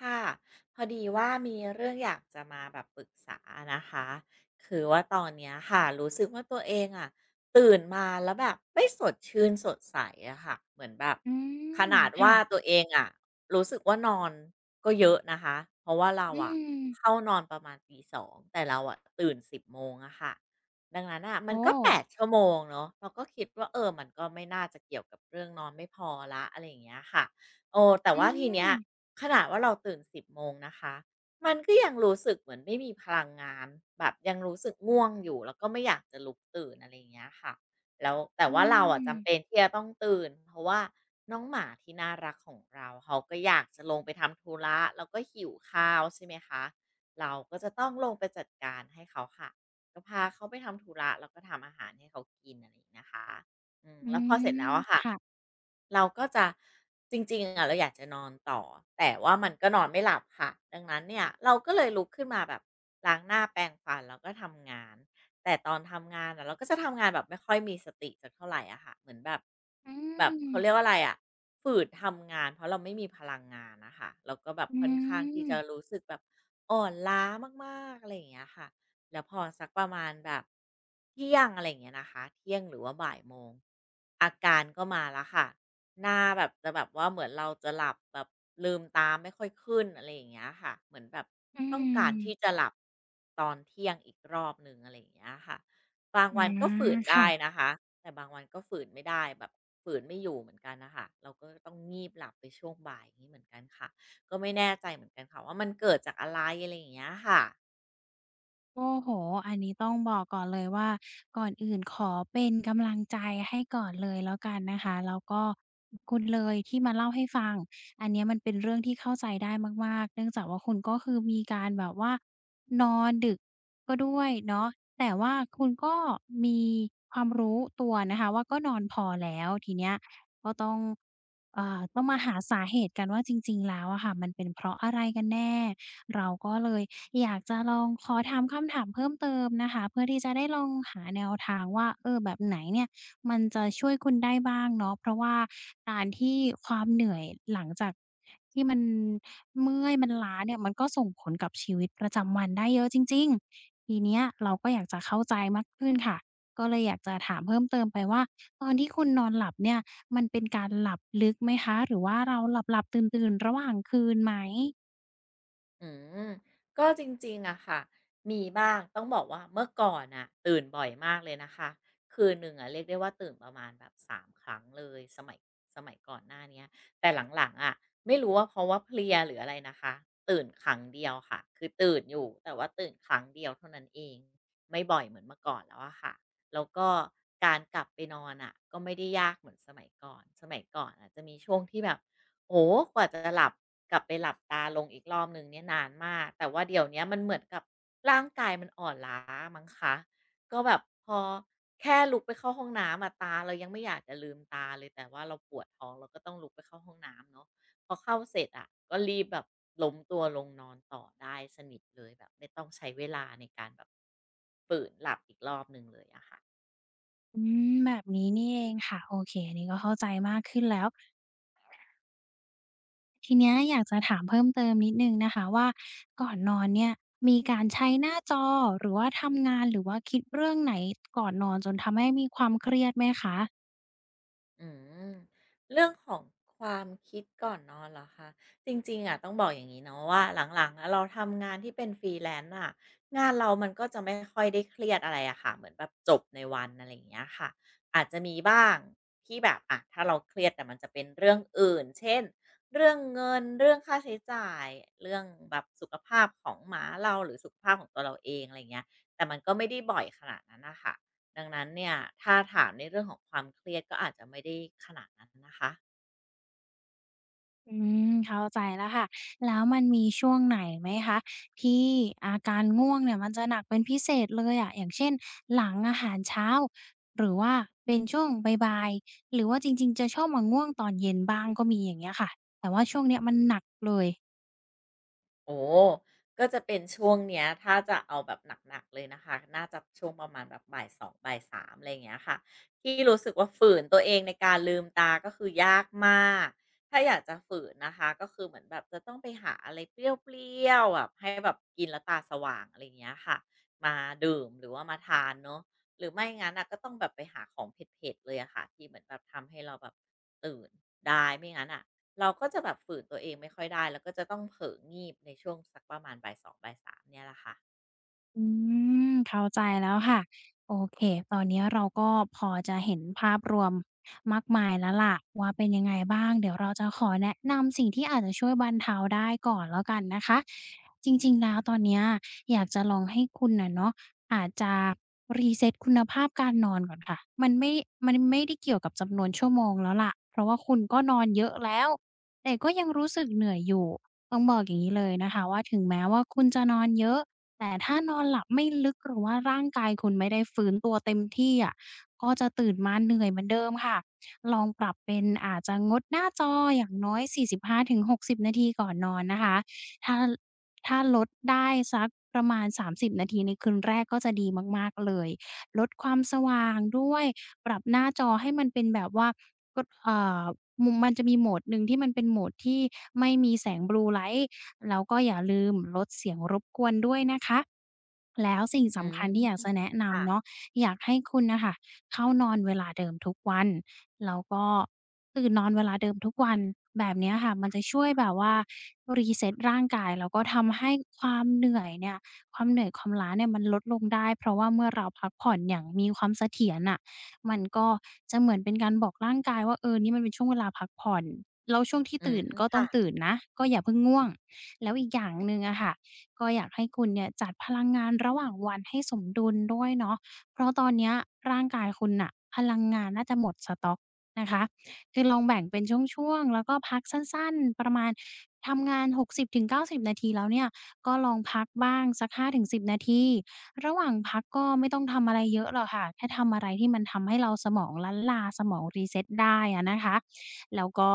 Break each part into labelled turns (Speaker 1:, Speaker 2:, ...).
Speaker 1: ค่ะพอดีว่ามีเรื่องอยากจะมาแบบปรึกษานะคะคือว่าตอนเนี้ยค่ะรู้สึกว่าตัวเองอ่ะตื่นมาแล้วแบบไม่สดชื่นสดใสอะค่ะเหมือนแบบ
Speaker 2: อื
Speaker 1: ข
Speaker 2: ม
Speaker 1: นาด
Speaker 2: ค่ะ
Speaker 1: ว่าตัวเองอ่ะรู้สึกว่านอนก็เยอะนะคะเพราะว่าเรา
Speaker 2: อื
Speaker 1: อ่ะ
Speaker 2: ม
Speaker 1: เข้านอนประมาณตีสองแต่เราอ่ะตื่นสิบโมงอะค่ะดังนั้นอ่ะมั
Speaker 2: โอ้
Speaker 1: นก็แปดชั่วโมงเนาะเราก็คิดว่าเออมันก็ไม่น่าจะเกี่ยวกับเรื่องนอนไม่พอละอะไรอย่างเงี้ยค่ะ โออแต่
Speaker 2: อื
Speaker 1: ว่าทีเนี้
Speaker 2: ม
Speaker 1: ยขนาดว่าเราตื่นสิบโมงนะคะมันก็ยังรู้สึกเหมือนไม่มีพลังงานแบบยังรู้สึกง่วงอยู่แล้วก็ไม่อยากจะลุกตื่นอะไรอย่างเงี้ยค่ะแล้วแต่
Speaker 2: อื
Speaker 1: ว่าเราอะจำเป็น
Speaker 2: ม
Speaker 1: ที่จะต้องตื่นเพราะว่าน้องหมาที่น่ารักของเราเขาก็อยากจะลงไปทำธุระแล้วก็หิวข้าวใช่ไหมคะเราก็จะต้องลงไปจัดการให้เขาค่ะก็พาเขาไปทำธุระแล้วก็ทำอาหารให้เขากินอะไรอย่างนี้นะคะ อืม
Speaker 2: อื
Speaker 1: แล้วพอเสร็จแล้ว
Speaker 2: ม
Speaker 1: อะค่ะ
Speaker 2: ค่ะ
Speaker 1: เราก็จะจริงๆอะเราอยากจะนอนต่อแต่ว่ามันก็นอนไม่หลับค่ะดังนั้นเนี่ยเราก็เลยลุกขึ้นมาแบบล้างหน้าแปรงฟันแล้วก็ทำงานแต่ตอนทำงานอะเราก็จะทำงานแบบไม่ค่อยมีสติสักเท่าไรอะค่ะเหมือนแบบ
Speaker 2: อื
Speaker 1: เขาเรียก
Speaker 2: ม
Speaker 1: ว่าอะไรอะฝืดทำงานเพราะเราไม่มีพลังงานอะค่ะแล้วก็แบบ
Speaker 2: อื
Speaker 1: ค่อนข้างที่
Speaker 2: ม
Speaker 1: จะรู้สึกแบบอ่อนล้ามากๆอะไรอย่างเงี้ยค่ะ แล้วพอสักประมาณแบบเที่ยงอะไรอย่างเงี้ยนะคะเที่ยงหรือว่าบ่ายโมงอาการก็มาแล้วค่ะหน้าแบบจะแบบว่าเหมือนเราจะหลับแบบลืมตาไม่ค่อยขึ้นอะไรอย่างเงี้ยค่ะเหมือนแบบ
Speaker 2: อื
Speaker 1: ต้องกา
Speaker 2: ม
Speaker 1: รที่จะหลับตอนเที่ยงอีกรอบหนึ่งอะไรอย่างเงี้ยค่ะบาง
Speaker 2: อา
Speaker 1: วันก็ฝืนได้
Speaker 2: ค่ะ
Speaker 1: นะคะแต่บางวันก็ฝืนไม่ได้แบบฝืนไม่อยู่เหมือนกันนะคะเราก็ต้องงีบหลับไปช่วงบ่ายอย่างนี้เหมือนกันค่ะก็ไม่แน่ใจเหมือนกันค่ะว่ามันเกิดจากอะไรอะไรอย่างเงี้ยค่ะ
Speaker 2: โอ้โห อันนี้ต้องบอกก่อนเลยว่าก่อนอื่นขอเป็นกำลังใจให้ก่อนเลยแล้วกันนะคะแล้วก็ขอบคุณเลยที่มาเล่าให้ฟังอันเนี้ยมันเป็นเรื่องที่เข้าใจได้มากๆเนื่องจากว่าคุณก็คือมีการแบบว่านอนดึกก็ด้วยเนาะแต่ว่าคุณก็มีความรู้ตัวนะคะว่าก็นอนพอแล้วทีเนี้ยก็ต้องต้องมาหาสาเหตุกันว่าจริงๆแล้วอะค่ะมันเป็นเพราะอะไรกันแน่เราก็เลย อยากจะลองขอถามคำถามเพิ่มเติมนะคะเพื่อที่จะได้ลองหาแนวทางว่าเออแบบไหนเนี่ยมันจะช่วยคุณได้บ้างเนาะเพราะว่าการที่ความเหนื่อยหลังจากที่มันเมื่อยมันล้าเนี่ยมันก็ส่งผลกับชีวิตประจำวันได้เยอะจริงๆทีเนี้ยเราก็อยากจะเข้าใจมากขึ้นค่ะก็เลยอยากจะถามเพิ่มเติมไปว่าตอนที่คุณนอนหลับเนี่ยมันเป็นการหลับลึกไหมคะหรือว่าเราหลับๆตื่นๆระหว่างคืนไหม
Speaker 1: อืมก็จริงๆ อะค่ะมีบ้างต้องบอกว่าเมื่อก่อนอ่ะตื่นบ่อยมากเลยนะคะ คืนหนึ่งอะเรียกได้ว่าตื่นประมาณแบบ3ครั้งเลยสมัยก่อนหน้าเนี้ยแต่หลังๆอะไม่รู้ว่าเพราะว่าเพลียหรืออะไรนะคะตื่นครั้งเดียวค่ะ คือตื่นอยู่แต่ว่าตื่นครั้งเดียวเท่านั้นเองไม่บ่อยเหมือนเมื่อก่อนแล้วอะค่ะ แล้วก็การกลับไปนอนอะก็ไม่ได้ยากเหมือนสมัยก่อนอะจะมีช่วงที่แบบ โอ้กว่าจะหลับกลับไปหลับตาลงอีกรอบหนึ่งเนี่ยนานมากแต่ว่าเดี๋ยวเนี้ยมันเหมือนกับร่างกายมันอ่อนล้ามั้งคะก็แบบพอแค่ลุกไปเข้าห้องน้ำอะตาเรายังไม่อยากจะลืมตาเลยแต่ว่าเราปวดท้องเราก็ต้องลุกไปเข้าห้องน้ำเนาะพอเข้าเสร็จอะก็รีบแบบล้มตัวลงนอนต่อได้สนิทเลยแบบไม่ต้องใช้เวลาในการแบบฝืนหลับอีกรอบหนึ่งเลยอะค่ะ
Speaker 2: อืมแบบนี้นี่เองค่ะโอเคอันนี้ก็เข้าใจมากขึ้นแล้วทีเนี้ยอยากจะถามเพิ่มเติมนิดหนึ่งนะคะว่าก่อนนอนเนี่ยมีการใช้หน้าจอหรือว่าทำงานหรือว่าคิดเรื่องไหนก่อนนอนจนทำให้มีความเครียดไหมคะ
Speaker 1: อืมเรื่องของความคิดก่อนนอนเหรอคะจริงๆอ่ะต้องบอกอย่างงี้เนาะว่าหลังๆอะเราทำงานที่เป็นฟรีแลนซ์อ่ะงานเรามันก็จะไม่ค่อยได้เครียดอะไรอะค่ะเหมือนแบบจบในวันอะไรอย่างเงี้ยค่ะอาจจะมีบ้างที่แบบอ่ะถ้าเราเครียดแต่มันจะเป็นเรื่องอื่นเช่นเรื่องเงินเรื่องค่าใช้จ่ายเรื่องแบบสุขภาพของหมาเราหรือสุขภาพของตัวเราเองอะไรเงี้ยแต่มันก็ไม่ได้บ่อยขนาดนั้นนะคะ ดังนั้นเนี่ยถ้าถามในเรื่องของความเครียดก็อาจจะไม่ได้ขนาดนั้นนะคะ
Speaker 2: อืมเข้าใจแล้วค่ะแล้วมันมีช่วงไหนไหมคะที่อาการง่วงเนี่ยมันจะหนักเป็นพิเศษเลยอะอย่างเช่นหลังอาหารเช้าหรือว่าเป็นช่วงบ่ายๆหรือว่าจริงๆจะชอบมาง่วงตอนเย็นบ้างก็มีอย่างเงี้ยค่ะเอ่ย
Speaker 1: โอ้ ก็จะเป็นช่วงเนี้ยถ้าจะเอาแบบหนักๆเลยนะคะน่าจะช่วงประมาณแบบบ่ายสองบ่ายสามอะไรอย่างเงี้ยค่ะที่รู้สึกว่าฝืนตัวเองในการลืมตาก็คือยากมากถ้าอยากจะฝืนนะคะก็คือเหมือนแบบจะต้องไปหาอะไรเปรี้ยวๆแบบให้แบบกินแล้วตาสว่างอะไรอย่างเงี้ยค่ะมาดื่มหรือว่ามาทานเนาะหรือไม่งั้นน่ะก็ต้องแบบไปหาของเผ็ดๆเลยอะค่ะที่เหมือนแบบทำให้เราแบบตื่นได้ไม่งั้นน่ะ เราก็จะแบบฝืนตัวเองไม่ค่อยได้แล้วก็จะต้องเผลองีบในช่วงสักประมาณบ่าย2บ่ายสามเนี่ยแหละค่ะ
Speaker 2: อืมเข้าใจแล้วค่ะโอเคตอนนี้เราก็พอจะเห็นภาพรวมมากมายแล้วล่ะว่าเป็นยังไงบ้างเดี๋ยวเราจะขอแนะนำสิ่งที่อาจจะช่วยบรรเทาได้ก่อนแล้วกันนะคะจริงๆแล้วตอนเนี้ยอยากจะลองให้คุณน่ะเนาะอาจจะรีเซตคุณภาพการนอนก่อนค่ะมันไม่ได้เกี่ยวกับจำนวนชั่วโมงแล้วล่ะเพราะว่าคุณก็นอนเยอะแล้วแต่ก็ยังรู้สึกเหนื่อยอยู่ต้องบอกอย่างนี้เลยนะคะว่าถึงแม้ว่าคุณจะนอนเยอะ แต่ถ้านอนหลับไม่ลึกหรือว่าร่างกายคุณไม่ได้ฟื้นตัวเต็มที่อะก็จะตื่นมาเหนื่อยเหมือนเดิมค่ะลองปรับเป็นอาจจะงดหน้าจออย่างน้อย45-60นาทีก่อนนอนนะคะถ้าถ้าลดได้สักประมาณ30นาทีในคืนแรกก็จะดีมากๆเลยลดความสว่างด้วยปรับหน้าจอให้มันเป็นแบบว่ากดมุมมันจะมีโหมดหนึ่งที่มันเป็นโหมดที่ไม่มีแสง Blue Light แล้วก็อย่าลืมลดเสียงรบกวนด้วยนะคะแล้วสิ่ง
Speaker 1: อื
Speaker 2: สำ
Speaker 1: ม
Speaker 2: คัญที่อยากจะแนะ
Speaker 1: ค่ะ
Speaker 2: นำเนาะอยากให้คุณน่ะค่ะเข้านอนเวลาเดิมทุกวันแล้วก็ตื่นนอนเวลาเดิมทุกวันแบบเนี้ยค่ะมันจะช่วยแบบว่า reset ร่างกายแล้วก็ทำให้ความเหนื่อยเนี่ยความเหนื่อยความล้าเนี่ยมันลดลงได้เพราะว่าเมื่อเราพักผ่อนอย่างมีความเสถียรน่ะมันก็จะเหมือนเป็นการบอกร่างกายว่าเออนี่มันเป็นช่วงเวลาพักผ่อนแล้วช่วงที่
Speaker 1: อื
Speaker 2: ตื่
Speaker 1: ม
Speaker 2: นก็ต้อ
Speaker 1: ค่ะ
Speaker 2: งตื่นนะก็อย่าเพิ่งง่วง แล้วอีกอย่างหนึ่งอะค่ะก็อยากให้คุณเนี่ยจัดพลังงานระหว่างวันให้สมดุลด้วยเนาะเพราะตอนเนี้ยร่างกายคุณน่ะพลังงานน่าจะหมดสต๊อกนะคะคือลองแบ่งเป็นช่วงๆแล้วก็พักสั้นๆประมาณทำงาน60-90นาทีแล้วเนี่ยก็ลองพักบ้างสัก5-10นาทีระหว่างพักก็ไม่ต้องทำอะไรเยอะหรอกค่ะแค่ทำอะไรที่มันทำให้เราสมองล้านลาสมอง reset ได้อะนะคะแล้วก็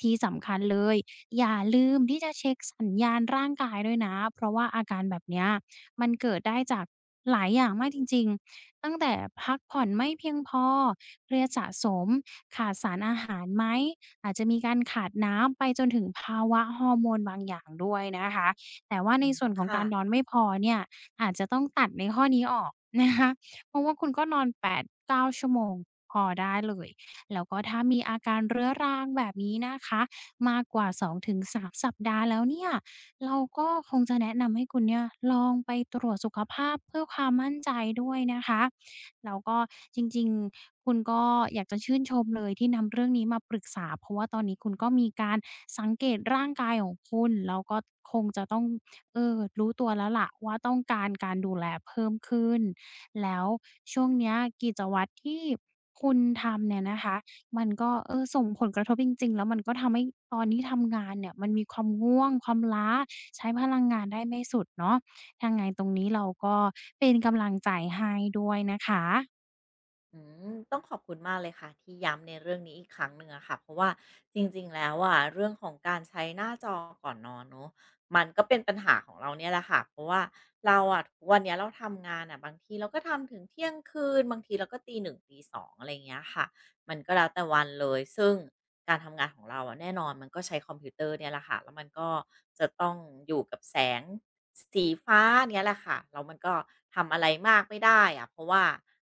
Speaker 2: ที่สำคัญเลย อย่าลืมที่จะเช็คสัญญาณร่างกายด้วยนะเพราะว่าอาการแบบเนี้ยมันเกิดได้จากหลายอย่างมากจริงๆตั้งแต่พักผ่อนไม่เพียงพอเครียดสะสมขาดสารอาหารไหมอาจจะมีการขาดน้ำไปจนถึงภาวะฮอร์โมนบางอย่างด้วยนะคะแต่ว่าใน
Speaker 1: อืม
Speaker 2: ส่วนของ
Speaker 1: ค่ะ
Speaker 2: การนอนไม่พอเนี่ยอาจจะต้องตัดในข้อนี้ออกนะคะเพราะว่าคุณก็นอน8-9 ชั่วโมงพอได้เลยแล้วก็ถ้ามีอาการเรื้อรังแบบนี้นะคะ มากกว่า2งถึง3 สัปดาห์แล้วเนี่ยเราก็คงจะแนะนำให้คุณเนี่ยลองไปตรวจสุขภาพเพื่อความมั่นใจด้วยนะคะแล้วก็จริงๆคุณก็อยากจะชื่นชมเลยที่นำเรื่องนี้มาปรึกษาเพราะว่าตอนนี้คุณก็มีการสังเกตร่างกายของคุณแล้วก็คงจะต้องรู้ตัวแล้วล่ะว่าต้องการการดูแลเพิ่มขึ้นแล้วช่วงเนี้ยกิจวัตรที่คุณทำเนี่ยนะคะ มันก็ส่งผลกระทบจริงๆ แล้วมันก็ทำให้ตอนที่ทำงานเนี่ยมันมีความง่วงความล้าใช้พลังงานได้ไม่สุดเนาะยังไงตรงนี้เราก็เป็นกำลังใจให้ด้วยนะคะ
Speaker 1: อืมต้องขอบคุณมากเลยค่ะที่ย้ำในเรื่องนี้อีกครั้งหนึ่งอะค่ะเพราะว่าจริงๆแล้วอะเรื่องของการใช้หน้าจอก่อนนอนเนาะมันก็เป็นปัญหาของเราเนี่ยแหละค่ะเพราะว่าเราอะทุกวันเนี้ยเราทำงานอะบางทีเราก็ทำถึงเที่ยงคืนบางทีเราก็ตี1ตี2องอะไรอย่างเงี้ยค่ะมันก็แล้วแต่วันเลยซึ่ง การทำงานของเราอะแน่นอนมันก็ใช้คอมพิวเตอร์เนี่ยแหละค่ะแล้วมันก็จะต้องอยู่กับแสงสีฟ้าเนี่ยแหละค่ะแล้วมันก็ทำอะไรมากไม่ได้อะเพราะว่า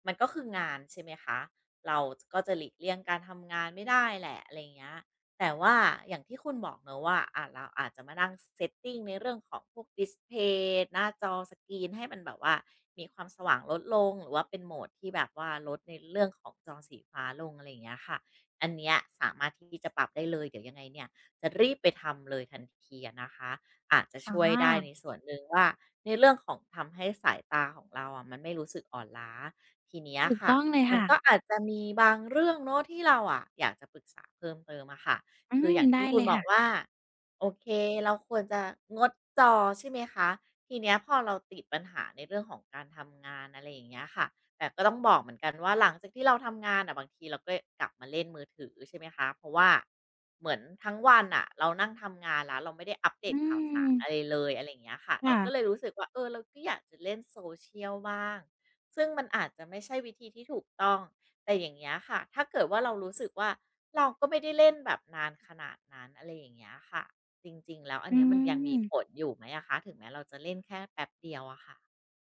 Speaker 1: มันก็คืองานใช่ไหมคะเราก็จะหลีกเลี่ยงการทำงานไม่ได้แหละอะไรเงี้ยแต่ว่าอย่างที่คุณบอกเนอะว่าอ่ะเราอาจจะมานั่ง setting ในเรื่องของพวกดิสเพย์หน้าจอสกรีนให้มันแบบว่ามีความสว่างลดลงหรือว่าเป็นโหมดที่แบบว่าลดในเรื่องของจอสีฟ้าลงอะไรอย่างเงี้ยค่ะ อันเนี้ยสามารถที่จะปรับได้เลยเดี๋ยวยังไงเนี่ยจะรีบไปทำเลยทันทีอะนะคะอาจจะ
Speaker 2: อา
Speaker 1: ช่วยได้ในส่วนหนึ่งว่าในเรื่องของทำให้สายตาของเราอะมันไม่รู้สึกอ่อนล้าทีเนี้ย
Speaker 2: ถูก
Speaker 1: ค่ะ
Speaker 2: ต้องเลย
Speaker 1: มัน
Speaker 2: ค่ะ
Speaker 1: ก็อาจจะมีบางเรื่องเนาะที่เราอะอยากจะปรึกษาเพิ่มเติมอะค่ะ
Speaker 2: อื
Speaker 1: คื
Speaker 2: ม
Speaker 1: ออย่าง
Speaker 2: ได้
Speaker 1: ที่คุ
Speaker 2: เล
Speaker 1: ณ
Speaker 2: ย
Speaker 1: บอ
Speaker 2: ค่ะ
Speaker 1: กว่าโอเคเราควรจะงดจอใช่ไหมคะทีเนี้ยพอเราติดปัญหาในเรื่องของการทำงานอะไรอย่างเงี้ยค่ะ แต่ก็ต้องบอกเหมือนกันว่าหลังจากที่เราทำงานอะบางทีเราก็กลับมาเล่นมือถือใช่ไหมคะเพราะว่าเหมือนทั้งวันน่ะเรานั่งทำงานแล้วเราไม่ได้อัปเด
Speaker 2: อื
Speaker 1: ตข่าวสา
Speaker 2: ม
Speaker 1: รอะไรเลยอะไรอย่างเงี้ยค่ะเรา
Speaker 2: ค่ะ
Speaker 1: ก็เลยรู้สึกว่าเออเราก็อยากจะเล่นโซเชียลบ้างซึ่งมันอาจจะไม่ใช่วิธีที่ถูกต้องแต่อย่างเงี้ยค่ะถ้าเกิดว่าเรารู้สึกว่าเราก็ไม่ได้เล่นแบบนานขนาดนั้นอะไรอย่างเงี้ยค่ะจริงๆแล้วอัน
Speaker 2: อื
Speaker 1: เนี้ยมันยังมีผ
Speaker 2: ม
Speaker 1: ลอยู่ไหมอะคะถึงแม้เราจะเล่นแค่แป๊บเดียวอะค่ะ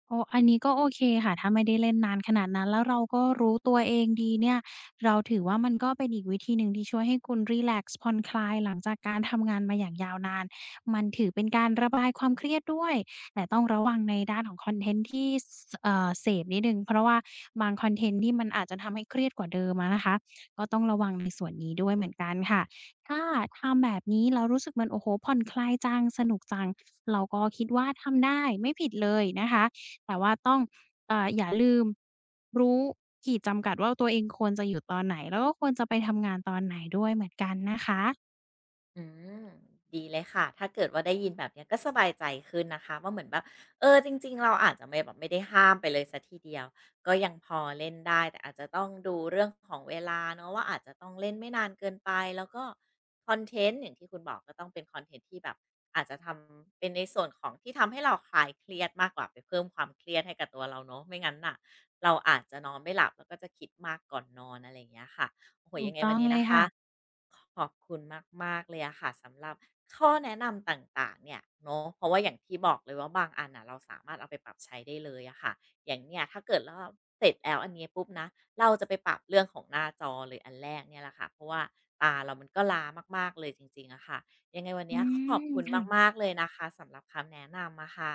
Speaker 2: อ๋ออันนี้ก็โอเคค่ะ ถ้าไม่ได้เล่นนานขนาดนั้น แล้วเราก็รู้ตัวเองดีเนี่ยเราถือว่ามันก็เป็นอีกวิธีหนึ่งที่ช่วยให้คุณรีแลกซ์ผ่อนคลายหลังจากการทำงานมาอย่างยาวนาน มันถือเป็นการระบายความเครียดด้วย แต่ต้องระวังในด้านของคอนเทนต์ที่สเอ่อเสพนิดหนึ่งเพราะว่าบางคอนเทนต์ที่มันอาจจะทำให้เครียดกว่าเดิมอะนะคะก็ต้องระวังในส่วนนี้ด้วยเหมือนกันค่ะถ้าทำแบบนี้แล้วรู้สึกมันโอ้โฮผ่อนคลายจังสนุกจังเราก็คิดว่าทำได้ไม่ผิดเลยนะคะ แต่ว่าต้องอย่าลืมรู้ขีดจำกัดว่าตัวเองควรจะอยู่ตอนไหนแล้วก็ควรจะไปทำงานตอนไหนด้วยเหมือนกันนะคะ
Speaker 1: อืมดีเลยค่ะถ้าเกิดว่าได้ยินแบบเนี้ยก็สบายใจขึ้นนะคะว่าเหมือนแบบเออจริงๆเราอาจจะไม่แบบไม่ได้ห้ามไปเลยสัยทีเดียวก็ยังพอเล่นได้แต่อาจจะต้องดูเรื่องของเวลาเนาะว่าอาจจะต้องเล่นไม่นานเกินไปแล้วก็คอนเทนต์อย่างที่คุณบอกก็ต้องเป็นคอนเทนต์ที่แบบอาจจะทำเป็นในส่วนของที่ทำให้เราคลายเครียดมากกว่าไปเพิ่มความเครียดให้กับตัวเราเนาะไม่งั้นน่ะเราอาจจะนอนไม่หลับแล้วก็จะคิดมากก่อนนอนอะไรอย่างเงี้ยค่ะ โอ้โฮ
Speaker 2: ถู
Speaker 1: ยั
Speaker 2: ก
Speaker 1: งไง
Speaker 2: ต้
Speaker 1: วั
Speaker 2: อ
Speaker 1: น
Speaker 2: ง
Speaker 1: นี้
Speaker 2: เลย
Speaker 1: นะคะ
Speaker 2: ค่ะ
Speaker 1: ขอบคุณมากๆเลยอะค่ะสำหรับข้อแนะนำต่างๆเนี่ยเนาะเพราะว่าอย่างที่บอกเลยว่าบางอันน่ะเราสามารถเอาไปปรับใช้ได้เลยอะค่ะอย่างเนี่ยถ้าเกิดวราเสร็จแล้วอันนี้ปุ๊บนะเราจะไปปรับเรื่องของหน้าจอเลยอันแรกเนี่ยแหละค่ะเพราะว่าตาเรามันก็ล้ามากๆเลยจริงๆอะค่ะยังไงวัน
Speaker 2: อื
Speaker 1: นี้ขอบ
Speaker 2: ม
Speaker 1: คุณ
Speaker 2: ค่ะ
Speaker 1: มากๆเลยนะคะสำหรับคำแนะนำมาค่ะ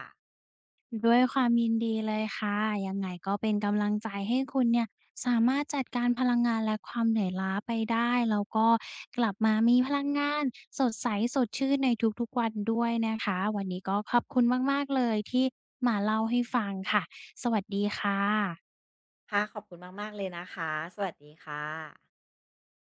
Speaker 2: ด้วยความยินดีเลยค่ะยังไงก็เป็นกำลังใจให้คุณเนี่ยสามารถจัดการพลังงานและความเหนื่อยล้าไปได้แล้วก็กลับมามีพลังงานสดใสสดชื่นในทุกๆวันด้วยนะคะวันนี้ก็ขอบคุณมากๆเลยที่มาเล่าให้ฟังค่ะสวัสดีค่ะ
Speaker 1: ค่ะขอบคุณมากๆเลยนะคะสวัสดีค่ะ